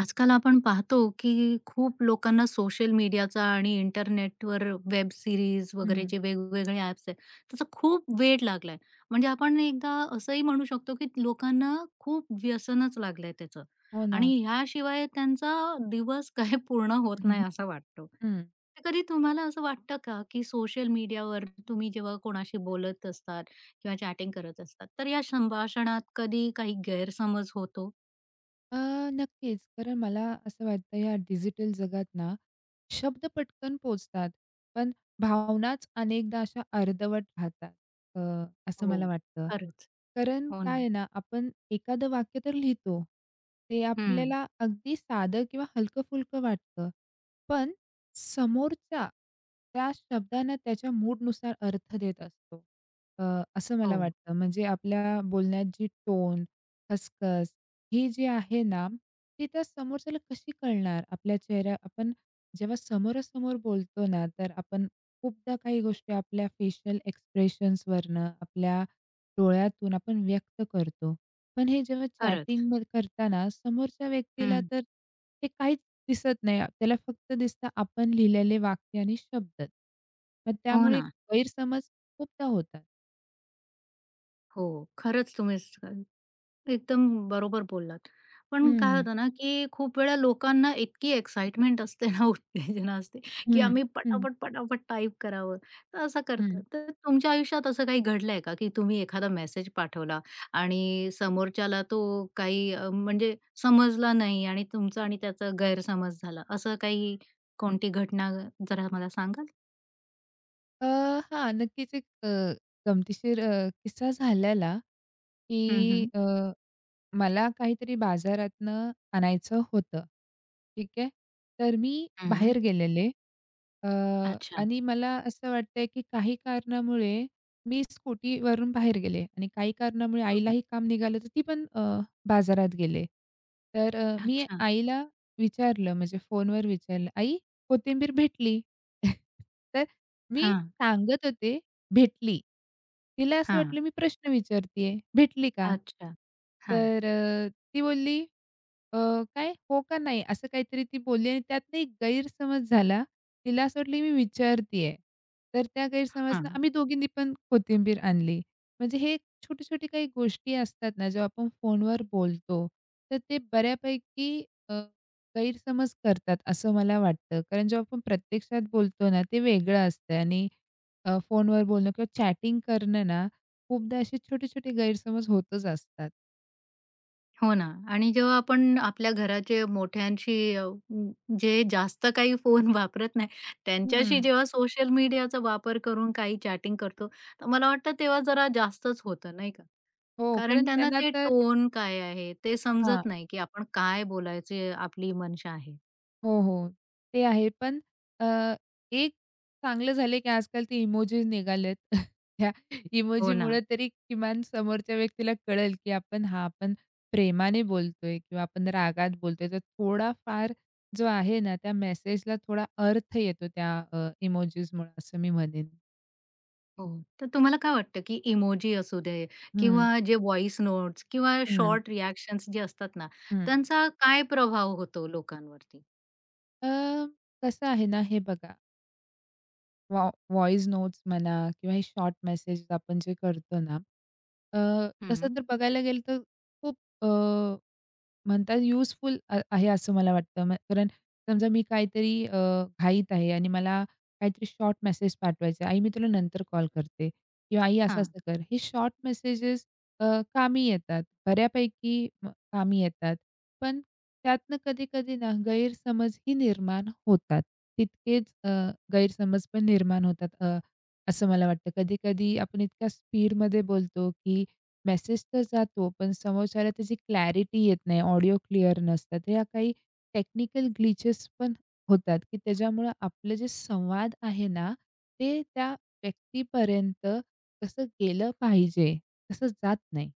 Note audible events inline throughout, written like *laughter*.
आजकाल आपण पाहतो की खूप लोकांना सोशल मीडियाचा आणि इंटरनेटवर वेब सीरीज वगैरे हं. जे वेगवेगळे ॲप्स आहेत त्याचा खूप वेळ लागलाय. म्हणजे आपण एकदा असंही म्हणू शकतो की लोकांना खूप व्यसनच लागलंय त्याचं हो ना. आणि ह्याशिवाय त्यांचा दिवस *laughs* काही पूर्ण होत हं, नाही हं. असं वाटतो. हं. तर कधी तुम्हाला असं वाटतं का की सोशल मीडियावर तुम्ही जेव्हा कोणाशी बोलत असतात किंवा चॅटिंग करत असतात, तर या संभाषणात कधी काही गैरसमज होतो? अ, नक्कीच. कारण मला असं वाटतं या डिजिटल जगात ना, शब्द पटकन पोहोचतात, पण भावनाच अनेकदा अशा अर्धवट राहतात, अ, असं हो. मला वाटतं. खरंच. कारण हो काय ना. आहे ना, आपण एखादं वाक्य तर लिहितो. ते हं. आपल्याला अगदी साधं किंवा हलकं-फुलकं वाटतं. पण समोरचा त्या शब्दांना त्याच्या मूडनुसार अर्थ देत असतो. अ, असं मला हो. वाटतं. म्हणजे आपल्या बोलण्यात जी टोन, खसखस हे जे आहे ना, ते त्या समोरच्याला कशी कळणार? आपल्या चेहऱ्या आपण जेव्हा समोरासमोर बोलतो ना, तर आपण खूपदा काही गोष्टी आपल्या फेशियल एक्सप्रेशन्सवरनं, आपल्या डोळ्यातून आपण व्यक्त करतो. पण हे जेव्हा खरंच. चॅटिंग करताना समोरच्या व्यक्तीला हं. तर ते काहीच दिसत नाही. त्याला फक्त दिसतं आपण लिहिलेले वाक्य आणि शब्द. मग हो त्यामुळे ना. गैरसमज खूपदा होतात. हो. खरंच तुम्ही स एकदम बरोबर बोललात. पण काय हं, होतं ना, की खूप वेळा लोकांना इतकी एक्साइटमेंट असते ना, *laughs* उत्तेजना असते, की हं, आम्ही हं, पटापट, पटापट टाइप करावं. तर असं करतात. हं. तर तुमच्या आयुष्यात असं काही घडलंय का, की तुम्ही एखादा मेसेज पाठवला आणि समोरच्याला तो काही म्हणजे समजला नाही आणि तुमचा आणि त्याचा गैरसमज झाला. असं काही कोणती घटना जरा मला सांगाल? अ, हां, नक्कीच एक गमतीशीर किस्सा झालेला, की हं, हं. अ, मला काहीतरी बाजारातनं आणायचं होतं. ठीक आहे. तर मी हं. बाहेर गेलेले अ, अच्छा. आणि मला असं वाटतंय, की काही कारणामुळे मी स्कूटीवरून बाहेर गेले आणि काही कारणामुळे हं. आईलाही काम निघालं, तर ती पण बाजारात गेले. तर मी अच्छा. आईला विचारलं म्हणजे फोनवर विचारलं, "आई कोथिंबीर भेटली." *laughs* तर मी हां, सांगत होते भेटली. तिला असं हां. वाटलं मी प्रश्न विचारतीये, भेटली का? अच्छा. हां, तर ती बोलली अ, "काय? हो का नाही?" असं काहीतरी ती बोलली आणि त्यातनं एक गैरसमज झाला. तिला असं वाटलं मी विचारतीये. तर त्या गैरसमजनं हां. आम्ही दोघींनी पण कोथिंबीर आणली. म्हणजे हे छोटी-छोटी काही गोष्टी असतात ना, जेव्हा आपण फोनवर बोलतो, तर ते बऱ्यापैकी अ, गैरसमज करतात असं मला वाटतं. कारण जेव्हा आपण प्रत्यक्षात बोलतो ना, ते वेगळं असतं आणि फोनवर बोलणं किंवा चॅटिंग करणं ना, खूपदा असे छोटे-छोटे गैरसमज होतच असतात. हो ना आणि जेव्हा आपण आपल्या घराचे मोठ्यांशी जे जास्त काही फोन *laughs* वापरत नाही, त्यांच्याशी हं. जेव्हा सोशल मीडियाचा वापर करून काही चॅटिंग करतो, तर मला वाटतं तेव्हा जरा जास्तच होतं नाही का? हो, कारण कारण त्यांना त्यांना ते तर टोन काय आहे, ते हां. समजत नाही, की आपण काय बोलायची आपली मनशा आहे. हो, हो. ते आहे. पण अ, एक चांगलं झालं की आजकाल ते इमोजीस निघालेत. *laughs* त्या हो ना. इमोजीमुळे तरी किमान समोरच्या व्यक्तीला कळेल की आपण हां, आपण प्रेमाने बोलतोय किंवा आपण रागात बोलतोय. तर थोडाफार जो आहे ना, त्या मेसेजला थोडा अर्थ येतो त्या असं मी म्हणेन. हो. तर तुम्हाला काय वाटतं, की इमोजी असू दे हं, किंवा जे व्हॉईस नोट्स किंवा हं, शॉर्ट रिएक्शन्स जे असतात ना, हं. त्यांचा काय प्रभाव होतो लोकांवरती? अ, कसं आहे ना, हे बघा, वॉ नोट्स म्हणा किंवा हे शॉर्ट मेसेज आपण जे करतो ना, अ, तसं हं. तर बघायला गेलं तर खूप अ म्हणतात युजफुल आहे असं मला वाटतं. कारण समजा मी काहीतरी घाईत आहे आणि मला काहीतरी शॉर्ट मेसेज पाठवायचा आहे. "आई, मी तुला नंतर कॉल करते" किंवा "आई, हां. असं-असं कर." हे शॉर्ट मेसेजेस अ, कामी येतात. बऱ्यापैकी कामी येतात. पण त्यातनं कधी-कधी ना गैरसमजही निर्माण होतात. तितकेच गैरसमज पण निर्माण होतात असं मला वाटतं. कधी-कधी आपण इतक्या स्पीडमध्ये बोलतो की मेसेज तर जातो, पण समोरच्याला त्याची क्लॅरिटी येत नाही, ऑडिओ क्लिअर नसतात. ह्या काही टेक्निकल ग्लिचेस पण होतात, की त्याच्यामुळं आपलं जे संवाद आहे ना, ते त्या व्यक्तीपर्यंत कसं गेलं पाहिजे, तसं जात नाही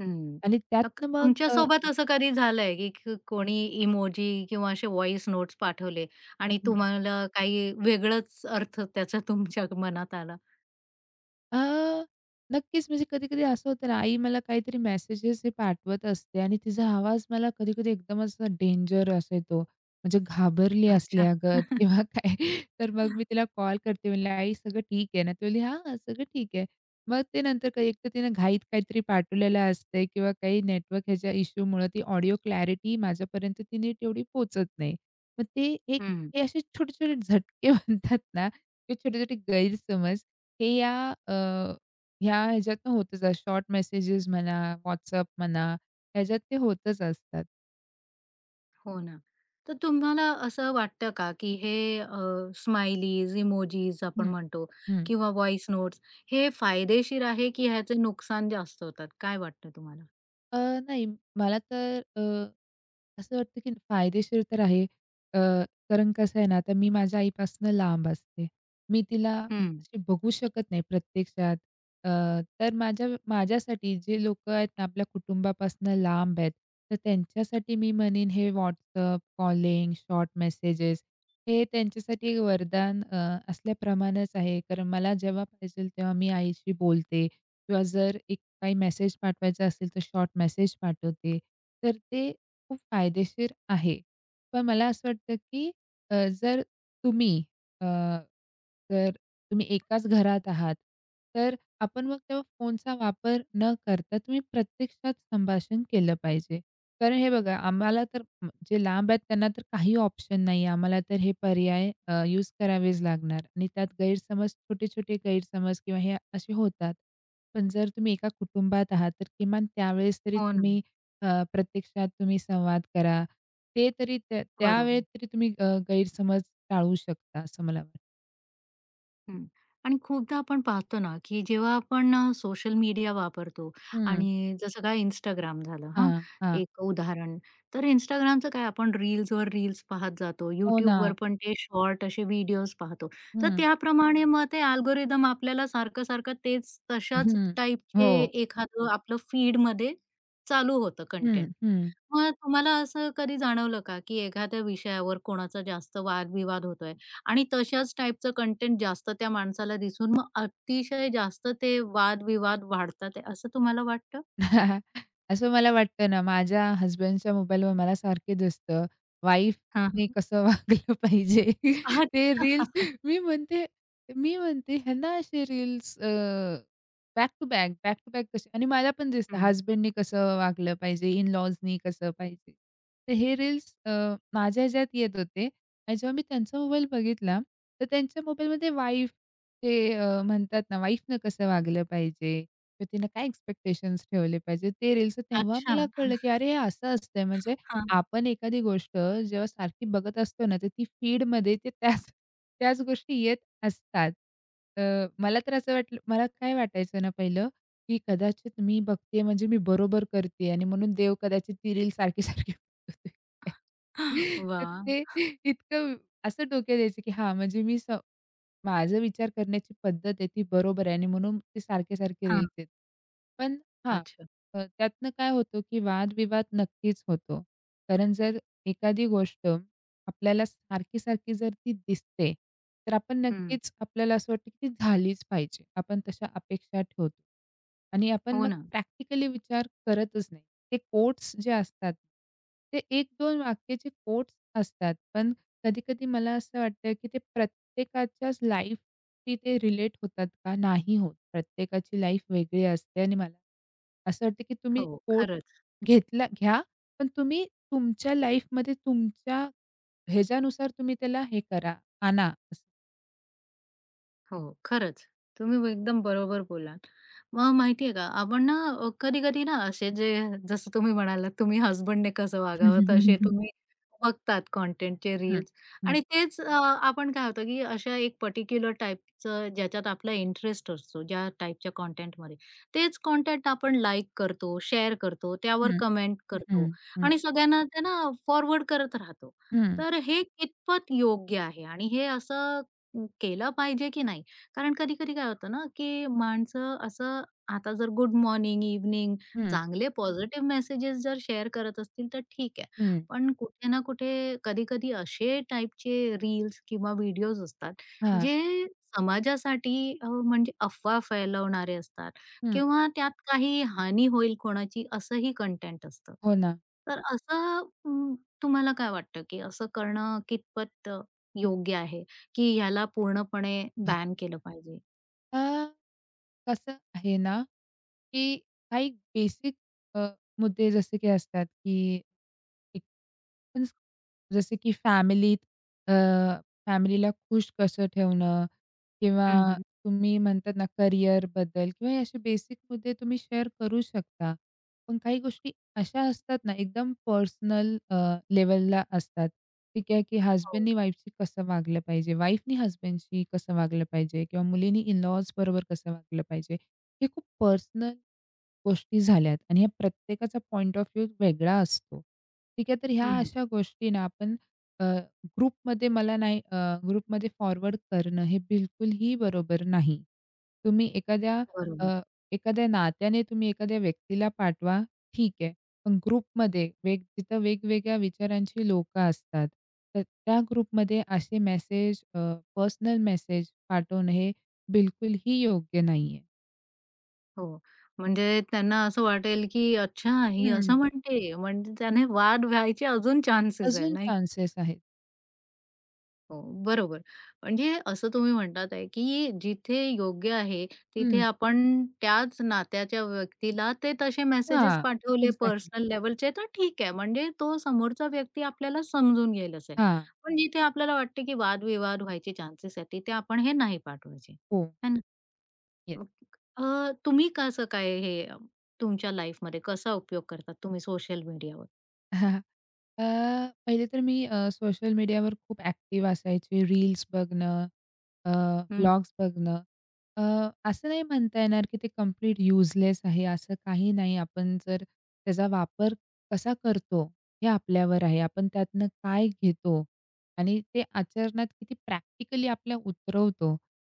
हं. आणि तर त्यातनं मग. तुमच्यासोबत असं कधी झालंय, की कोणी इमोजी किंवा असे व्हॉईस नोट्स पाठवले आणि तुम्हाला काही वेगळाच अर्थ त्याचा तुमच्या मनात आला? अ, नक्कीच म्हणजे कधी-कधी असं होतं ना, आई मला काहीतरी मेसेजेस हे पाठवत असते आणि तिचा आवाज मला कधी-कधी एकदम असा डेंजर असा येतो. म्हणजे घाबरली अच्छा. असल्यागत *laughs* *laughs* किंवा काय. तर मग मी तिला कॉल करते म्हणलं, "आई सगळं ठीक आहे ना?" ती म्हणली, "हां, सगळं ठीक आहे." मग ते नंतर काही एकतर तिनं घाईत काहीतरी पाठवलेलं असतंय किंवा काही नेटवर्क ह्याच्या इश्यूमुळं ती ऑडिओ क्लॅरिटी माझ्यापर्यंत तिने तेवढी पोहोचत नाही. मग ते एक हं. हे असे छोटे-छोटे झटके *laughs* म्हणतात ना, ते छोटे-छोटे गैरसमज हे या अ, ह्याच्यातनं होतच असतं. शॉर्ट मेसेजेस म्हणा, WhatsApp म्हणा, ह्याच्यात ते होतच असतात. हो ना. तर तुम्हाला असं वाटतं का, की हे स्माइलीज, इमोजीज आपण हं, म्हणतो हं. किंवा व्हॉइस नोट्स हे फायदेशीर आहे, की ह्याचे नुकसान जास्त होतात? काय वाटतं तुम्हाला? अ, नाही मला तर असं वाटतं की फायदेशीर तर आहे. अ, कारण कसं आहे ना, आता मी माझ्या आईपासनं लांब असते. मी तिला हं. अशी बघू शकत नाही प्रत्यक्षात. अ, तर माझ्यासाठी जे लोकं आहेत ना, आपल्या कुटुंबापासनं लांब आहेत, तर त्यांच्यासाठी मी म्हणेन हे WhatsApp, कॉलिंग, शॉर्ट मेसेजेस हे त्यांच्यासाठी एक वरदान असल्याप्रमाणेच आहे. कारण मला जेव्हा पाहिजेल तेव्हा मी आईशी बोलते. किंवा जर एक काही मेसेज पाठवायचा असेल, तर शॉर्ट मेसेज पाठवते. तर ते खूप फायदेशीर आहे. पण मला असं वाटतं, की अ, जर तुम्ही अ, जर तुम्ही एकाच घरात आहात, तर आपण मग तेव्हा फोनचा वापर न करता तुम्ही प्रत्यक्षात संभाषण केलं पाहिजे. कारण हे बघा, आम्हाला तर जे लांब आहेत त्यांना तर काही ऑप्शन नाही आहे. आम्हाला तर हे पर्याय यूज करावेच लागणार आणि त्यात गैरसमज छोटे-छोटे गैरसमज किंवा हे असे होतात. पण जर तुम्ही एका कुटुंबात आहात, तर किमान त्यावेळेस तरी हो ना. तुम्ही अ, प्रत्यक्षात तुम्ही संवाद करा. ते तरी त्या त्यावेळेत बरोबर. तरी तुम्ही गैरसमज टाळू शकता असं मला वाटतं. हं. आणि खूपदा आपण पाहतो ना, की जेव्हा आपण सोशल मीडिया वापरतो हं. आणि जसं काय इंस्टाग्राम झालं हां, हां, हां. एक उदाहरण. तर Instagramचं काय आपण रील्सवर रील्स पाहत जातो. हो ना. YouTubeवर पण ते शॉर्ट असे व्हिडिओज पाहतो. तर हं, त्याप्रमाणे मग ते अल्गोरिदम आपल्याला सारखं-सारखं तेच तशाच हं. टाईपचे हो. एखादं आपलं फीडमध्ये चालू होतं हं, कंटेंट. हं. मग तुम्हाला असं कधी जाणवलं का, की एखाद्या विषयावर कोणाचा जास्त वादविवाद होतोय आणि तशाच टाइपचं कंटेंट जास्त त्या माणसाला दिसून मग अतिशय जास्त ते वादविवाद वाढतात आहे, असं तुम्हाला वाटतं? *laughs* असं मला वाटतं ना, माझ्या हसबँडच्या मोबाईलवर मला सारखे दिसतं, हां, वाईफने हां. कसं वागलं पाहिजे. *laughs* ते अच्छा. रील्स मी म्हणते मी म्हणते ह्यांना असे reels back to back, back to back कसे आणि मला पण दिसतं हं. हसबँडनी कसं वागलं पाहिजे, इन-लॉजनी कसं पाहिजे. तर हे रील्स माझ्या ह्याच्यात येत होते आणि जेव्हा मी त्यांचा मोबाईल बघितला, तर त्यांच्या मोबाईलमध्ये वाईफ ते म्हणतात ना, वाईफनं कसं वागलं पाहिजे तर तिनं काय एक्स्पेक्टेशन्स ठेवले पाहिजे ते रील्स तेव्हा अच्छा. मला कळलं, की अरे हे असं असतंय म्हणजे हां. आपण एखादी गोष्ट जेव्हा सारखी बघत असतो ना, तर ती फीडमध्ये ते त्याच त्याच गोष्टी येत असतात. अ, मला तर असं वाटलं मला काय वाटायचं ना पहिलं, की कदाचित मी बघतेय म्हणजे मी बरोबर करतेय आणि म्हणून देव कदाचित ती रील सारखी-सारखी *laughs* तर वाह! ते इतकं असं डोक्यात यायचं, की हां, म्हणजे मी स माझा विचार करण्याची पद्धत आहे ती बरोबर आहे आणि म्हणून ते सारखे-सारखे हां. रील्स येतात. पण हां, अच्छा. त्यातनं काय होतं, की वादविवाद नक्कीच होतो. कारण जर एखादी गोष्ट आपल्याला सारखी-सारखी जर ती दिसते, तर आपण हं. नक्कीच आपल्याला असं वाटतं, की ती झालीच पाहिजे. आपण तशा अपेक्षा ठेवतो आणि आपण हो मग ना. प्रॅक्टिकली विचार करतच नाही. ते कोट्स जे असतात, ते 1-2 वाक्याचे कोट्स असतात. पण कधी-कधी मला असं वाटतं, की ते प्रत्येकाच्याच लाईफशी ते रिलेट होतात का? नाही होत. प्रत्येकाची लाईफ वेगळी असते आणि मला असं वाटतं, की तुम्ही हो. कोर्स खरंच. घेतला घ्या, पण तुम्ही तुमच्या लाईफमध्ये तुमच्या ह्याच्यानुसार तुम्ही त्याला हे करा, आणा असं. हो, खरंच. तुम्ही एकदम बरोबर बोललात. मग माहिती का, आपण ना कधी-कधी ना असे जे जसं तुम्ही म्हणालात, तुम्ही हसबंडने कसं हं, वागावं, हं, तसे हं, तुम्ही बघतात कॉन्टेंटचे रील्स हं, आणि तेच आपण काय होतं, की अशा एक पर्टिक्युलर टाइपचं ज्याच्यात आपला इंटरेस्ट असतो, ज्या टाइपच्या कॉन्टेंटमध्ये, तेच कॉन्टेंट आपण लाइक करतो, शेअर करतो, त्यावर हं, कमेंट करतो हं, आणि सगळ्यांना ते ना फॉरवर्ड करत राहतो. हं, तर हे कितपत योग्य आहे आणि हे असं केलं पाहिजे की नाही? कारण कधी-कधी काय होतं ना, की माणसं असं आता जर गुड मॉर्निंग, इव्हनिंग हं. चांगले हं. पॉझिटिव्ह मेसेजेस जर शेअर करत असतील तर ठीक आहे. हं. पण कुठे ना कुठे कधी-कधी असे टाईपचे रील्स किंवा व्हिडिओज असतात, हां, जे समाजासाठी म्हणजे अफवा फैलवणारे असतात हं. किंवा त्यात काही हानी होईल कोणाची असंही कंटेंट असतं. हो ना. तर असं तुम्हाला काय वाटतं, की असं करणं कितपत योग्य आहे? की ह्याला पूर्णपणे बॅन केलं पाहिजे. अ कसं आहे ना, की काही बेसिक मुद्दे जसे की असतात, की एक पण जसे की अ, फॅमिलीला खुश कसं ठेवणं किंवा हं, हं. तुम्ही म्हणतात ना, करिअरबद्दल किंवा हे असे बेसिक मुद्दे तुम्ही शेअर करू शकता. पण काही गोष्टी अशा असतात ना, एकदम पर्सनल लेव्हलला असतात. ठीक आहे, की हो. हसबँडनी वाईफशी कसं वागलं पाहिजे, वाईफनी हसबँडशी कसं वागलं पाहिजे किंवा मुलीनी इन लॉज बरोबर कसं वागलं पाहिजे. हे खूप पर्सनल गोष्टी झाल्यात आणि ह्या प्रत्येकाचा पॉइंट ऑफ व्ह्यू वेगळा असतो. ठीक आहे, तर ह्या हं. अशा गोष्टी ना आपण अ, ग्रुपमध्ये ग्रुपमध्ये फॉरवर्ड करणं हे बिलकुलही बरोबर नाही. तुम्ही अ, बरोबर. एखाद्या नात्याने तुम्ही एखाद्या व्यक्तीला पाठवा, ठीक आहे. पण ग्रुपमध्ये तिथं वेगवेगळ्या विचारांची लोकं असतात. तर त्या ग्रुपमध्ये असे मेसेज पर्सनल मेसेज पाठवणं हे बिलकुलही योग्य नाहीये. हो. म्हणजे त्यांना असं वाटेल की अच्छा ही असं हं. म्हणते, म्हणजे त्याने वाद व्हायचे अजून चान्सेस आहे, अजून नाही का? चान्सेस आहेत. हो, बरोबर. म्हणजे असं तुम्ही म्हणतात आहे, की जिथे योग्य आहे, तिथे हं. आपण त्याच नात्याच्या व्यक्तीला ते तसे मेसेजेस हां. पाठवले एक्झॅक्टली. पर्सनल लेव्हलचे तर ठीक आहे. म्हणजे तो समोरचा व्यक्ती आपल्याला समजून घेईलच आहे. हां. पण जिथे आपल्याला वाटते, की वादविवाद व्हायचे चान्सेस आहेत, तिथे आपण हे नाही पाठवायचे. हो. आहे ना? येस. मग तुम्ही कसं काय हे तुमच्या लाईफमध्ये कसा उपयोग करतात तुम्ही सोशल मीडियावर? *laughs* अ, पहिले तर मी सोशल मीडियावर खूप ॲक्टिव्ह असायचे. रील्स बघणं, अ, हं, व्लॉग्स बघणं. अ, असं नाही म्हणता येणार की ते कंप्लीट युजलेस आहे, असं काही नाही. आपण जर त्याचा वापर कसा करतो, हे आपल्यावर आहे. आपण त्यातनं काय घेतो आणि ते आचरणात किती प्रॅक्टिकली आपल्या उतरवतो,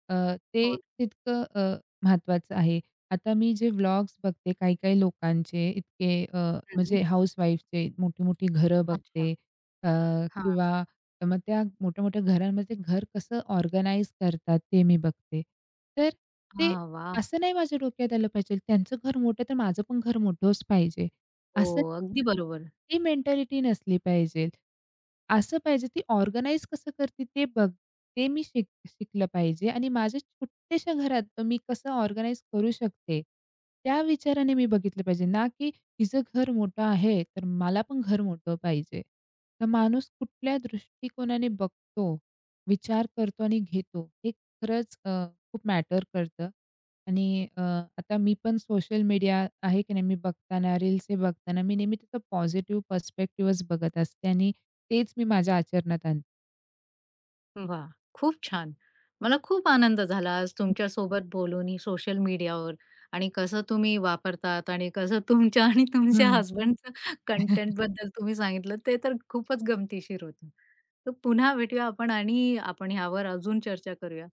अ, ते हो ना. तितकं महत्त्वाचं आहे. आता मी जे व्लॉग्स बघते काही-काही लोकांचे इतके हं. म्हणजे हाउसवाईफचे मोठी-मोठी घरं अच्छा. बघते अ, हां. किंवा मग त्या मोठ्या-मोठ्या घरांमध्ये घर कसं ऑर्गनाइज करतात ते मी बघते. तर ते हां, वाह! असं नाही माझ्या डोक्यात आलं पाहिजे त्यांचं घर मोठं तर माझं पण घर मोठंच पाहिजे. हो, असं नाही अगदी ना. बरोबर. ती मेंटॅलिटी नसली पाहिजे. असं पाहिजे ती ऑर्गनाइज कसं करते ते मी शिकलं पाहिजे आणि माझ्या छोट्याशा घरात मी कसं ऑर्गनाइज करू शकते, त्या विचाराने मी बघितलं पाहिजे ना, की तिचं घर मोठं आहे, तर मला पण घर मोठं पाहिजे. तर माणूस कुठल्या दृष्टिकोनाने बघतो, विचार करतो आणि घेतो, हे खरंच खूप मॅटर करतं. आणि आता मी पण सोशल मीडिया आहे की नाही, मी बघताना, रील्स हे बघताना मी नेहमी त्याचा पॉझिटिव्ह पर्स्पेक्टिव्हच बघत असते आणि तेच मी माझ्या आचरणात आणते. वा, खूप छान. मला खूप आनंद झाला आज तुमच्यासोबत बोलून ही सोशल मीडियावर आणि कसं तुम्ही वापरतात आणि कसं तुमच्या *laughs* आणि तुमच्या हं. हसबंडचं कंटेंटबद्दल तुम्ही सांगितलं ते तर खूपच गमतीशीर होतं. तर पुन्हा भेटूया आपण आणि आपण ह्यावर अजून चर्चा करूया.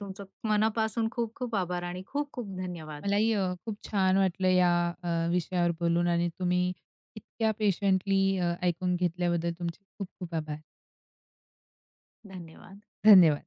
तुमचं मनापासून खूप खूप आभार आणि खूप खूप धन्यवाद. मलाही खूप छान वाटलं या विषयावर बोलून आणि तुम्ही इतक्या पेशंटली ऐकून घेतल्याबद्दल तुमचे खूप खूप आभार. धन्यवाद. धन्यवाद.